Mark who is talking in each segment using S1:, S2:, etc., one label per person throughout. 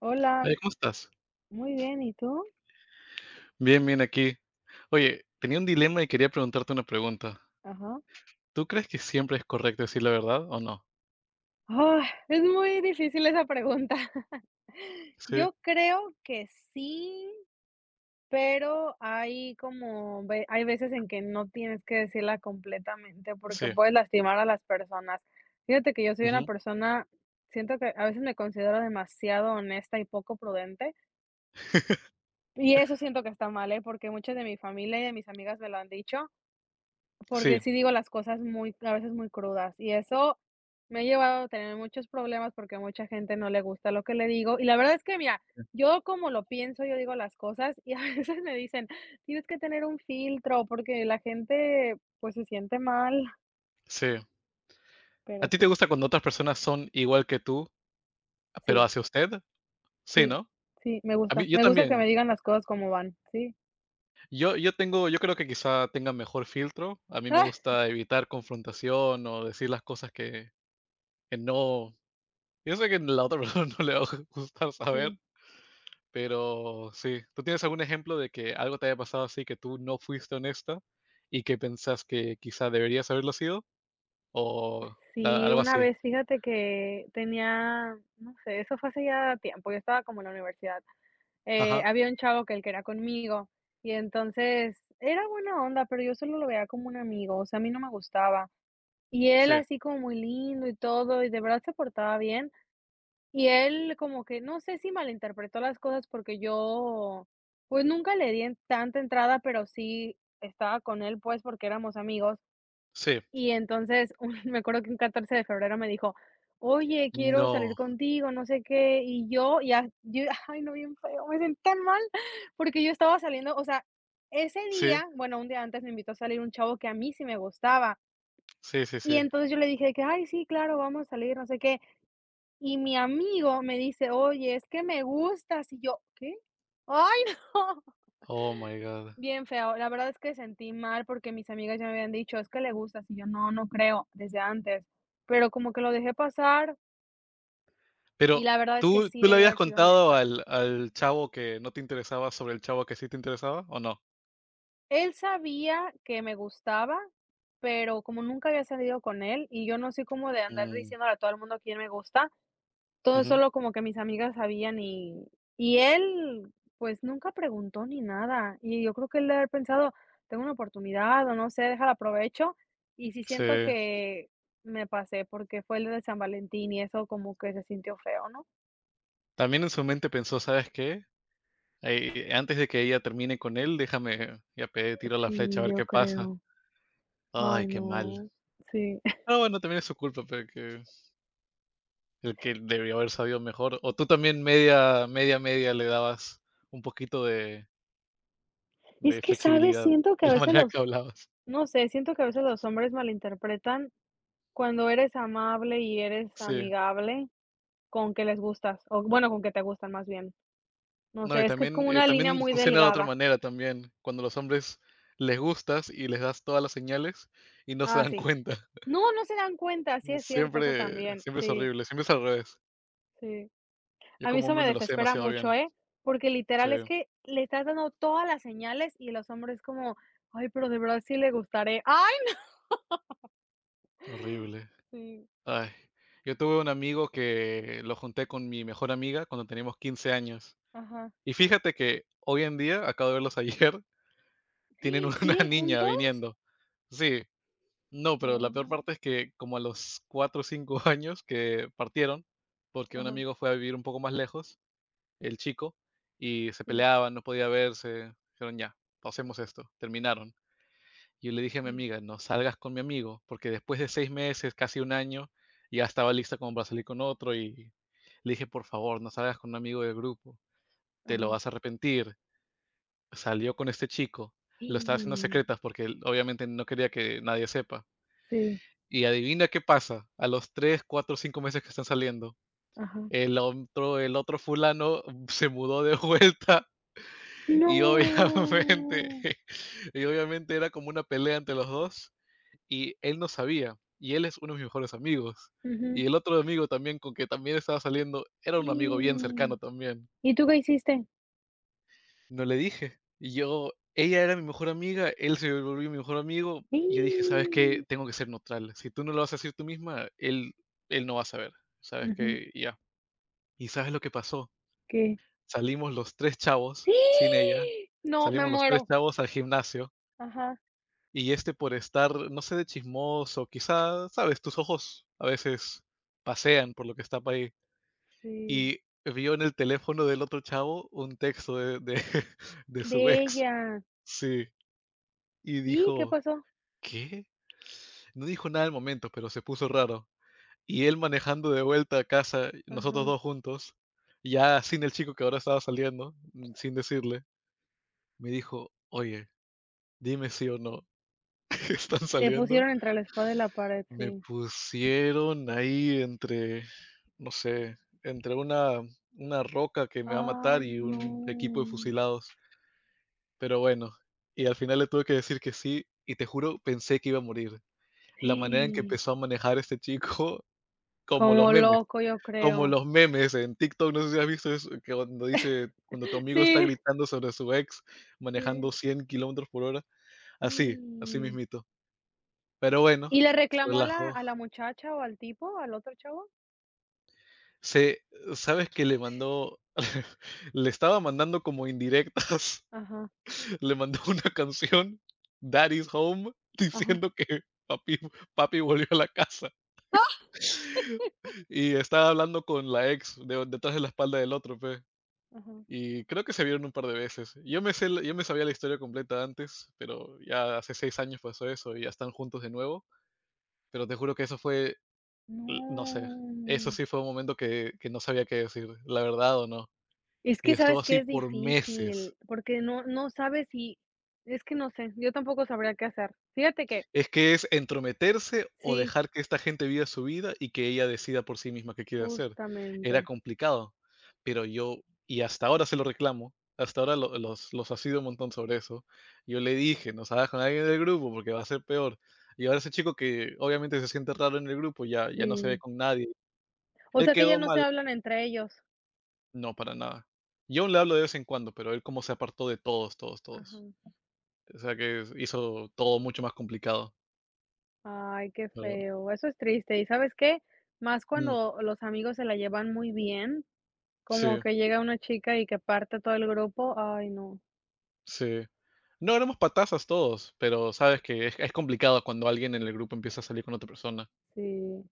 S1: Hola,
S2: Hey, ¿cómo estás?
S1: muy bien, ¿y tú?
S2: Bien, bien aquí. Oye, tenía un dilema y quería preguntarte una pregunta.
S1: Ajá.
S2: ¿Tú crees que siempre es correcto decir la verdad o no?
S1: Ah, es muy difícil esa pregunta.
S2: Sí,
S1: Yo creo que sí, pero hay como ve hay veces en que no tienes que decirla completamente porque
S2: sí.
S1: puedes lastimar a las personas. Fíjate que yo soy una
S2: Ujú.
S1: persona, siento que a veces me considero demasiado honesta y poco prudente, y eso siento que está mal, ¿eh? Porque muchas de mi familia y de mis amigas me lo han dicho. Porque
S2: Sí,
S1: sí digo las cosas muy a veces muy crudas, y eso me ha llevado a tener muchos problemas, porque a mucha gente no le gusta lo que le digo. Y la verdad es que, mira, yo como lo pienso, yo digo las cosas, y a veces me dicen: "Tienes que tener un filtro, porque la gente, pues, se siente mal".
S2: sí. ¿A
S1: Pero
S2: ti te
S1: sí,
S2: gusta cuando otras personas son igual que tú, pero
S1: sí,
S2: hacia usted? Sí,
S1: sí,
S2: ¿no?
S1: sí, me
S2: A
S1: gusta.
S2: mí, yo
S1: Me gusta que
S2: también.
S1: me digan las cosas como van. Sí.
S2: Yo tengo, yo creo que quizá tenga mejor filtro. A mí me gusta evitar confrontación o decir las cosas que no. Yo sé que la otra persona no le va a gustar saber.
S1: Sí.
S2: Pero sí, ¿tú tienes algún ejemplo de que algo te haya pasado así que tú no fuiste honesta y que pensás que quizá deberías haberlo sido? O
S1: Sí,
S2: algo
S1: una
S2: así.
S1: vez, fíjate que tenía, no sé, eso fue hace ya tiempo, yo estaba como en la universidad.
S2: Ajá,
S1: Había un chavo que era conmigo, y entonces era buena onda, pero yo solo lo veía como un amigo, o sea, a mí no me gustaba. Y él
S2: sí,
S1: así como muy lindo y todo, y de verdad se portaba bien. Y él como que no sé si malinterpretó las cosas porque yo, pues nunca le di en tanta entrada, pero sí estaba con él, pues porque éramos amigos.
S2: sí.
S1: Y entonces, un me acuerdo que un 14 de febrero me dijo: "Oye, quiero salir
S2: No,
S1: contigo, no sé qué", y yo ay, no, bien feo, me sentí tan mal, porque yo estaba saliendo, o sea, ese
S2: sí,
S1: día, bueno, un día antes me invitó a salir un chavo que a mí sí me gustaba,
S2: sí, sí,
S1: y
S2: sí.
S1: entonces yo le dije que: "Ay, sí, claro, vamos a salir, no sé qué", y mi amigo me dice: "Oye, es que me gustas", y yo: "¿Qué?". Ay, no.
S2: Oh my God.
S1: Bien feo. La verdad es que sentí mal porque mis amigas ya me habían dicho: "Es que le gustas", y yo: "No, no creo", desde antes, pero como que lo dejé pasar y
S2: Pero
S1: la verdad es que
S2: ¿tú,
S1: sí
S2: tú le
S1: debí
S2: habías
S1: haber sido
S2: contado
S1: honesta.
S2: al chavo que no te interesaba sobre el chavo que sí te interesaba o no?
S1: Él sabía que me gustaba, pero como nunca había salido con él y yo no soy como de andar
S2: Mm,
S1: diciéndole a todo el mundo quién me gusta. Todo
S2: ujú.
S1: solo como que mis amigas sabían, y él, pues, nunca preguntó ni nada. Y yo creo que él debe haber pensado: "Tengo una oportunidad", o no sé, déjala aprovecho. Y sí
S2: Sí.
S1: siento que me pasé, porque fue el de San Valentín y eso como que se sintió feo, ¿no?
S2: También en su mente pensó, ¿sabes qué? Antes de que ella termine con él, déjame, ya tiro la flecha a
S1: Sí,
S2: ver
S1: yo
S2: qué pasa.
S1: creo.
S2: Ay,
S1: Ay,
S2: qué mal.
S1: no. Sí.
S2: Ah, bueno, también es su culpa, pero que el que debió haber sabido mejor. O tú también media, media, media le dabas un poquito de,
S1: Es
S2: de
S1: que, ¿sabes?
S2: flexibilidad
S1: Siento que a
S2: en la
S1: veces
S2: manera que
S1: los,
S2: hablabas.
S1: no sé, siento que a veces los hombres malinterpretan cuando eres amable y eres
S2: Sí.
S1: amigable, con que les gustas, o bueno, con que te gustan más bien. No
S2: No, y
S1: sé, es que es
S2: también,
S1: como una línea
S2: también
S1: muy
S2: funciona de otra
S1: delgada.
S2: manera también, cuando los hombres les gustas y les das todas las señales y no se
S1: Ah,
S2: dan
S1: sí.
S2: cuenta.
S1: No, no se dan cuenta, sí es cierto, eso
S2: Siempre,
S1: también.
S2: siempre es
S1: Sí,
S2: horrible, siempre es al revés.
S1: sí.
S2: Yo
S1: A mí
S2: como
S1: eso
S2: hombre
S1: me
S2: me lo sé
S1: desespera
S2: demasiado bien.
S1: mucho, ¿eh? Porque
S2: Sí,
S1: literal es que le estás dando todas las señales y los hombres como: "Ay, pero de verdad sí le gustaré". ¡Ay!
S2: horrible.
S1: Sí,
S2: Ay, yo tuve un amigo que lo junté con mi mejor amiga cuando teníamos 15 años.
S1: ajá.
S2: Y fíjate que hoy en día, acabo de verlos ayer, tienen
S1: ¡Ah!
S2: una
S1: ¿Siguen
S2: niña
S1: juntos?
S2: viniendo. Sí, no, pero la peor
S1: Wow.
S2: parte es que como a los 4 o 5 años que partieron, porque un
S1: Ajá,
S2: amigo fue a vivir un poco más lejos, el chico, y se
S1: sí,
S2: peleaban, no podía verse, dijeron ya, pasemos esto, terminaron. Y yo le dije a mi
S1: sí,
S2: amiga, no salgas con mi amigo, porque después de 6 meses, casi un año, ya estaba lista como para salir con otro y le dije, por favor, no salgas con un amigo del grupo, te lo
S1: ajá.
S2: vas a arrepentir. Salió con este chico, lo estaba haciendo a
S1: Sí,
S2: secretas porque él obviamente no quería que nadie sepa.
S1: sí,
S2: Y adivina qué pasa, a los 3, 4, 5 meses que están saliendo,
S1: ajá.
S2: el otro fulano se mudó de vuelta y obviamente,
S1: ¡No!
S2: y obviamente era como una pelea entre los dos. Y él no sabía, y él es uno de mis mejores amigos.
S1: Ujú.
S2: Y el otro amigo también, con que también estaba saliendo, era un amigo bien
S1: ¡Ah!
S2: cercano también.
S1: ¿Y tú qué hiciste?
S2: No le dije. Y yo, ella era mi mejor amiga, él se volvió mi mejor amigo. Y yo dije,
S1: ¡Ah!
S2: ¿sabes qué? Tengo que ser neutral. Si tú no lo vas a decir tú misma, él no va a saber. ¿Sabes
S1: Ujú.
S2: qué? Y ya. ¿Y sabes lo que pasó?
S1: ¿Qué?
S2: Salimos los tres chavos, sin ella.
S1: ¡Ah! No, me
S2: Salimos los tres
S1: muero.
S2: chavos al gimnasio.
S1: Ajá.
S2: Y este por estar, no sé, de chismoso, quizá, sabes, tus ojos a veces pasean por lo que está pa ahí.
S1: Sí.
S2: Y vio en el teléfono del otro chavo un texto de de su
S1: De
S2: ex.
S1: ella.
S2: Sí, y
S1: ¿Y qué
S2: dijo:
S1: pasó?
S2: "¿Qué?". No dijo nada al momento, pero se puso raro. Y él manejando de vuelta a casa, nosotros
S1: Ajá.
S2: 2 juntos, ya sin el chico que ahora estaba saliendo, sin decirle, me dijo: "Oye, dime sí o no, ¿están
S1: Te
S2: saliendo?".
S1: pusieron entre la espada y la pared,
S2: Me
S1: sí.
S2: pusieron ahí entre, no sé, entre una roca que me va a matar
S1: Ay,
S2: y un equipo de
S1: no.
S2: fusilados. Pero bueno, y al final le tuve que decir que sí, y te juro, pensé que iba a morir. La manera en que
S1: Sí.
S2: empezó a manejar este chico, como los
S1: Como
S2: memes,
S1: loco, yo
S2: como
S1: creo.
S2: los memes en TikTok, no sé si has visto eso, que cuando dice, cuando tu amigo está
S1: Sí,
S2: gritando sobre su ex,
S1: sí.
S2: manejando 100 kilómetros por hora, así, así
S1: Sí.
S2: mismito. Pero bueno,
S1: ¿Y le
S2: se
S1: reclamó a la
S2: relajó.
S1: a la muchacha o al tipo, al otro chavo?
S2: Se Sabes que le mandó le estaba mandando como indirectas,
S1: Ajá,
S2: le mandó una canción, Daddy's Home,
S1: ajá,
S2: diciendo que papi, papi volvió a la casa.
S1: ¡ah!,
S2: Y estaba hablando con la ex detrás de la espalda del otro, pe.
S1: ajá.
S2: Y creo que se vieron un par de veces. Yo me sabía la historia completa antes, pero ya hace 6 años pasó eso y ya están juntos de nuevo. Pero te juro que eso fue, no sé, eso
S1: No.
S2: sí fue un momento que no sabía qué decir, la verdad o no.
S1: Es
S2: Y
S1: que,
S2: estuvo
S1: ¿sabes qué?
S2: así
S1: Es
S2: por meses.
S1: difícil, porque no sabes si es que no sé, yo tampoco sabría qué hacer. Fíjate que
S2: Es que es entrometerse o
S1: sí,
S2: dejar que esta gente viva su vida y que ella decida por sí misma qué quiere hacer. Era
S1: justamente,
S2: complicado, pero yo y hasta ahora se lo reclamo, hasta ahora lo los ha sido un montón sobre eso. Yo le dije: "No salgas con alguien del grupo porque va a ser peor". Y ahora ese chico que obviamente se siente raro en el grupo, ya no se ve
S1: sí.
S2: con nadie.
S1: O
S2: Él
S1: sea, que ya
S2: quedó
S1: no se
S2: mal
S1: hablan entre ellos.
S2: no, para nada. Yo aún le hablo de vez en cuando, pero él como se apartó de todos, todos,
S1: Ajá.
S2: todos. O sea que hizo todo mucho más complicado.
S1: Ay, qué feo, eso es triste, ¿y sabes qué? Más
S2: Mm,
S1: cuando los amigos se la llevan muy bien, como
S2: sí,
S1: que llega una chica y que parte todo el grupo, ay no,
S2: sí. No, éramos patazas todos, pero sabes que es complicado cuando alguien en el grupo empieza a salir con otra persona
S1: sí.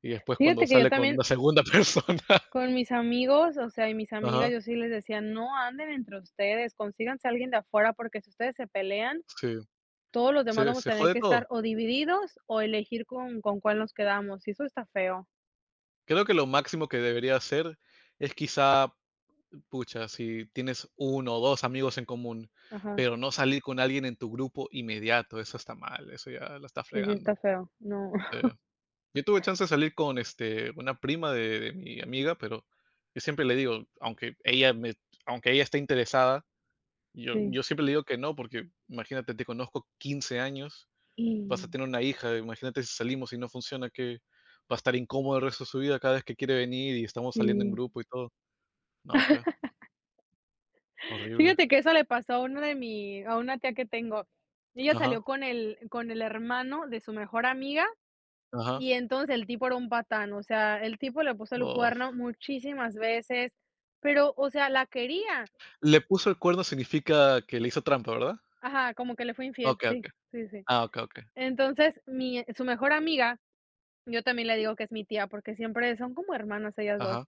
S2: y después cuando
S1: Fíjate que yo
S2: sale con
S1: también.
S2: una segunda persona.
S1: Con mis amigos, o sea, y mis amigas,
S2: Ajá,
S1: yo sí les decía: "No anden entre ustedes, consíganse a alguien de afuera, porque si ustedes se pelean,
S2: sí,
S1: todos los demás
S2: se,
S1: vamos a
S2: se
S1: tener
S2: jode
S1: que estar
S2: todo.
S1: o divididos o elegir con cuál nos quedamos", y eso está feo.
S2: Creo que lo máximo que debería hacer es quizá, pucha, si tienes uno o dos amigos en común,
S1: Ajá,
S2: pero no salir con alguien en tu grupo inmediato, eso está mal, eso ya la está
S1: sí, sí
S2: fregando.
S1: está feo. No,
S2: Sí. Yo tuve chance de salir con, este, una prima de mi amiga, pero yo siempre le digo, aunque ella esté interesada, yo
S1: sí.
S2: yo siempre le digo que no, porque imagínate, te conozco 15 años, vas a
S1: Y-
S2: tener una hija, imagínate si salimos y no funciona, que va a estar incómodo el resto de su vida cada vez que quiere venir y estamos saliendo en
S1: Sí.
S2: grupo y todo. No, pues, horrible.
S1: Fíjate que eso le pasó a una de mi a una tía que tengo. Ella salió
S2: Ajá,
S1: con el hermano de su mejor amiga.
S2: ajá.
S1: Y entonces el tipo era un patán, o sea, el tipo le puso el
S2: Oh.
S1: cuerno muchísimas veces, pero, o sea, la quería.
S2: Le puso el cuerno significa que le hizo trampa, ¿verdad?
S1: Ajá, como que le fue infiel,
S2: Okey,
S1: sí,
S2: okey.
S1: sí, sí.
S2: Ah, okey, okey.
S1: Entonces, mi su mejor amiga, yo también le digo que es mi tía, porque siempre son como hermanas ellas 2.
S2: Ajá.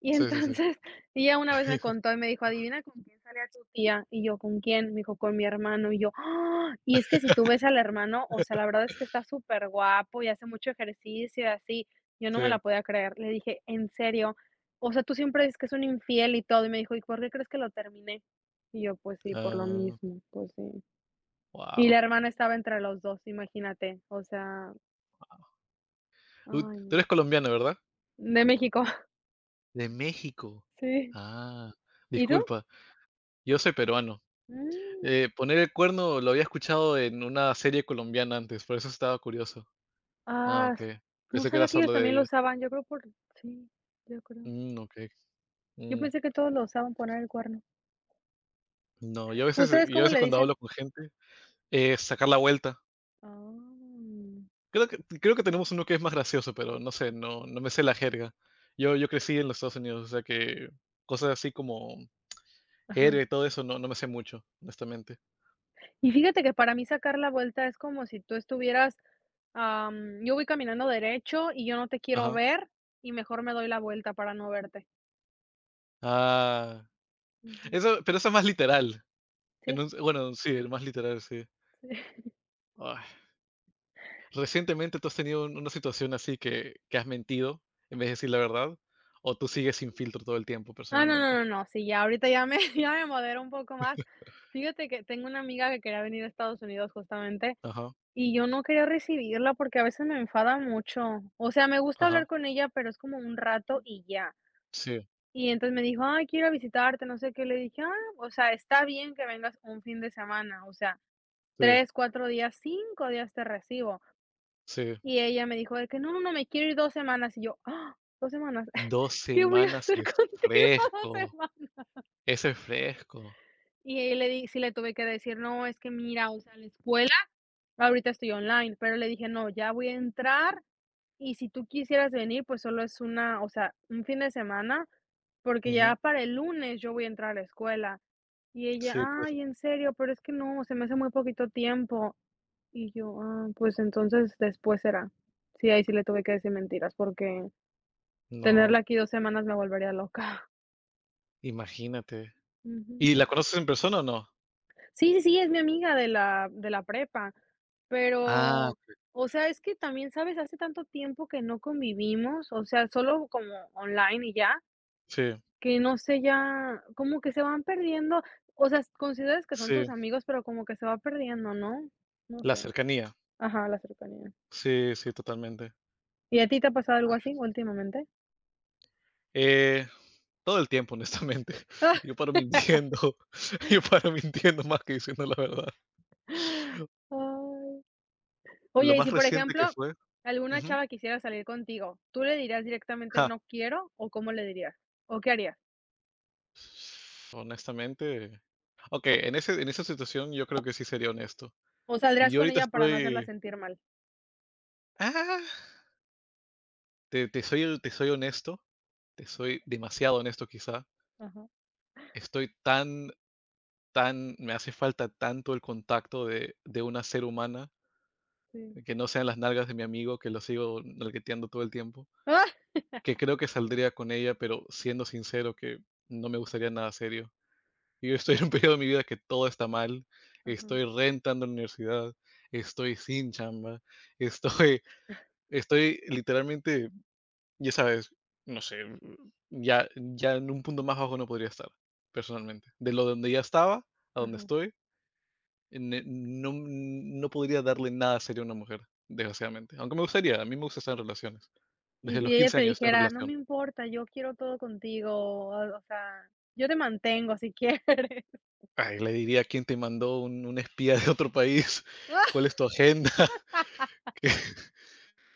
S1: Y
S2: Sí, sí, sí.
S1: entonces, ella una vez me contó y me dijo: "Adivina con quién sale a tu tía", y yo: "¿Con quién?". Me dijo: "Con mi hermano", y yo: "¡Ah!". Y es que si tú ves al hermano, o sea, la verdad es que está súper guapo y hace mucho ejercicio y así. Yo no
S2: Sí.
S1: me la podía creer. Le dije: "¿En serio? O sea, tú siempre dices que es un infiel y todo". Y me dijo: "¿Y por qué crees que lo terminé?". Y yo: "Pues sí, por lo
S2: Ah.
S1: mismo, pues sí". Y la
S2: Wow,
S1: hermana estaba entre los dos, imagínate, o sea, ay
S2: Tú
S1: no.
S2: eres colombiano, ¿verdad?
S1: De México.
S2: De México.
S1: Sí.
S2: Ah,
S1: ¿Y tú?
S2: disculpa, yo soy peruano.
S1: Mm.
S2: Poner el cuerno lo había escuchado en una serie colombiana antes, por eso estaba curioso. Ah,
S1: Ah, s
S2: okey.
S1: no
S2: Pensé que
S1: sabía
S2: era
S1: que ellos
S2: solo de
S1: también lo
S2: ellos.
S1: usaban, yo creo por sí, yo creo.
S2: Mm, okey.
S1: Yo
S2: Mm,
S1: pensé que todos lo usaban, poner el cuerno.
S2: no, yo a veces
S1: ¿Ustedes
S2: yo a
S1: cómo
S2: veces
S1: le
S2: cuando
S1: dicen?
S2: hablo con gente, sacar la vuelta.
S1: Ah,
S2: Creo que tenemos uno que es más gracioso, pero no sé, no me sé la jerga. Yo crecí en los Estados Unidos, o sea que cosas así como
S1: ajá.
S2: jerga y todo eso no me sé mucho, honestamente.
S1: Y fíjate que para mí sacar la vuelta es como si tú estuvieras, yo voy caminando derecho y yo no te quiero
S2: Ajá.
S1: ver, y mejor me doy la vuelta para no verte.
S2: Ah,
S1: Ujú.
S2: eso pero eso es más literal. En
S1: Sí,
S2: un Bueno, sí, el más literal, sí.
S1: sí.
S2: Ay, ¿recientemente tú has tenido una situación así que has mentido en vez de decir la verdad, o tú sigues sin filtro todo el tiempo
S1: Ah, no, no,
S2: personalmente?
S1: no, no, sí, ya ahorita ya me ya me modero un poco más. Fíjate que tengo una amiga que quería venir a Estados Unidos justamente.
S2: Ajá,
S1: Y yo no quería recibirla porque a veces me enfada mucho. O sea, me gusta hablar
S2: ajá.
S1: con ella, pero es como un rato y ya.
S2: Sí,
S1: Y entonces me dijo: "Ay, quiero ir a visitarte, no sé qué". Le dije: "Ah, o sea, está bien que vengas un fin de semana, o sea,
S2: sí,
S1: 3 4 días, 5 días te recibo".
S2: sí.
S1: Y ella me dijo de que: "No, no, no, me quiero ir 2 semanas". Y yo: "Ah, 2 semanas,
S2: 2
S1: ¿qué voy a
S2: semanas
S1: hacer
S2: es
S1: contigo 2
S2: fresco,
S1: semanas?".
S2: eso es fresco.
S1: Y ahí le di sí le tuve que decir: "No, es que mira, o sea, la escuela ahorita estoy online", pero le dije: "No, ya voy a entrar. Y si tú quisieras venir, pues solo es una o sea, un fin de semana, porque ya
S2: Ujú.
S1: para el lunes yo voy a entrar a la escuela". Y ella:
S2: Sí, pues,
S1: "Ay, en serio, pero es que no, se me hace muy poquito tiempo". Y yo: "Ah, pues entonces después será". Sí, ahí sí le tuve que decir mentiras, porque tenerla
S2: no,
S1: aquí 2 semanas me volvería loca.
S2: imagínate. ¿Y la
S1: Ujú.
S2: conoces en persona o no?
S1: Sí, sí, sí, es mi amiga de la prepa,
S2: Ah,
S1: pero, o sea, es que también, ¿sabes? Hace tanto tiempo que no convivimos, o sea, solo como online y ya.
S2: sí,
S1: Que no sé, ya como que se van perdiendo, o sea, consideras que son tus
S2: sí,
S1: amigos, pero como que se va perdiendo, ¿no? No
S2: la
S1: sé.
S2: cercanía.
S1: Ajá, la cercanía.
S2: Sí, sí, totalmente.
S1: ¿Y a ti te ha pasado algo así últimamente?
S2: Eh Todo el tiempo, honestamente.
S1: Ay.
S2: Yo paro mintiendo, yo paro mintiendo más que diciendo la verdad.
S1: Oye,
S2: Lo
S1: y si,
S2: más
S1: por
S2: reciente que
S1: ejemplo,
S2: fue
S1: alguna
S2: ujú,
S1: chava quisiera salir contigo, ¿tú le dirías directamente:
S2: ja.
S1: "No quiero", o cómo le dirías? ¿O qué harías?
S2: Honestamente, okey, en esa situación yo creo que sí sería honesto.
S1: ¿O saldrías
S2: Yo
S1: con
S2: ahorita
S1: ella para no hacerla
S2: estoy
S1: sentir mal?
S2: ah, te te soy honesto, te soy demasiado honesto quizá.
S1: Ajá,
S2: Estoy tan me hace falta tanto el contacto de una ser humana,
S1: sí.
S2: que no sean las nalgas de mi amigo que lo sigo nalgueteando todo el tiempo.
S1: ¡Ah!
S2: Que creo que saldría con ella, pero siendo sincero que no me gustaría nada serio. Yo estoy en un periodo de mi vida que todo está mal,
S1: Ajá,
S2: estoy rentando la universidad, estoy sin chamba, estoy estoy literalmente, ya sabes, no sé, ya en un punto más bajo no podría estar, personalmente. De lo donde ya estaba, a donde
S1: ajá.
S2: estoy, ne no no podría darle nada serio a una mujer, desgraciadamente. Aunque me gustaría, a mí me gusta estar en relaciones.
S1: Y
S2: Desde
S1: si
S2: los
S1: ella
S2: 15
S1: te
S2: años estoy en
S1: dijera: "No me
S2: relación.
S1: importa, yo quiero todo contigo", o sea, "Yo te mantengo si quieres".
S2: Ay, le diría quién te mandó un espía de otro país,
S1: ¡Ah!
S2: cuál es tu agenda, ¿qué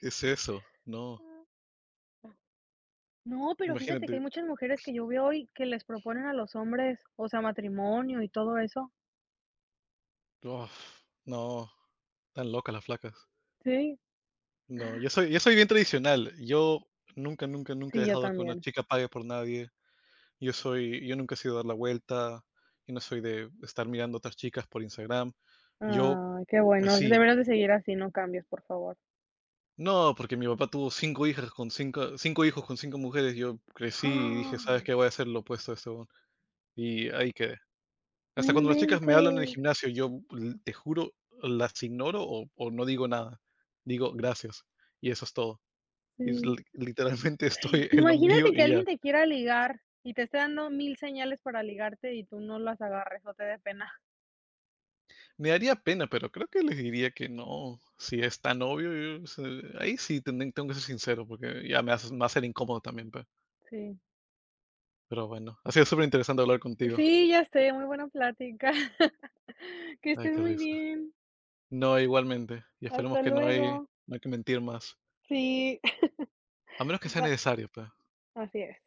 S2: es eso? No,
S1: No, pero fíjate que hay
S2: imagínate,
S1: muchas mujeres que yo veo hoy que les proponen a los hombres, o sea, matrimonio y todo eso.
S2: uf, no, tan locas las flacas.
S1: Sí,
S2: No, yo soy bien tradicional, yo nunca, nunca, nunca he
S1: sí, yo
S2: dejado que una
S1: también.
S2: chica pague por nadie, yo nunca he sido dar la vuelta, yo no soy de estar mirando otras chicas por Instagram, yo
S1: Ah, qué bueno.
S2: así
S1: Deberías de seguir así, no cambies, por favor.
S2: no, porque mi papá tuvo 5 hijas con cinco hijos con cinco mujeres, yo crecí y dije: "¿Sabes
S1: Ah.
S2: qué? Voy a hacer lo opuesto a eso y ahí quedé.
S1: No
S2: Hasta cuando las chicas me hablan en el
S1: inventes.
S2: gimnasio, yo l te juro, las ignoro o no digo nada. Digo: "Gracias", y eso es todo. Y es
S1: Sí.
S2: li literalmente estoy en lo mío
S1: Imagínate que
S2: y
S1: alguien
S2: ya.
S1: te quiera ligar y te esté dando 1000 señales para ligarte y tú no las agarres, o te dé pena.
S2: Me daría pena, pero creo que les diría que no. Si es tan obvio, yo se ahí sí tenden tengo que ser sincero, porque ya me va a ser incómodo también, pe.
S1: Sí.
S2: Pero bueno, ha sido súper interesante hablar contigo.
S1: Sí, ya sé, muy buena plática. Que
S2: Ay,
S1: estés
S2: qué
S1: muy
S2: risa.
S1: bien.
S2: No, igualmente, y esperemos
S1: Hasta
S2: que no hay
S1: luego.
S2: no hay que mentir más,
S1: Sí,
S2: a menos que sea
S1: va,
S2: necesario, pe.
S1: así es.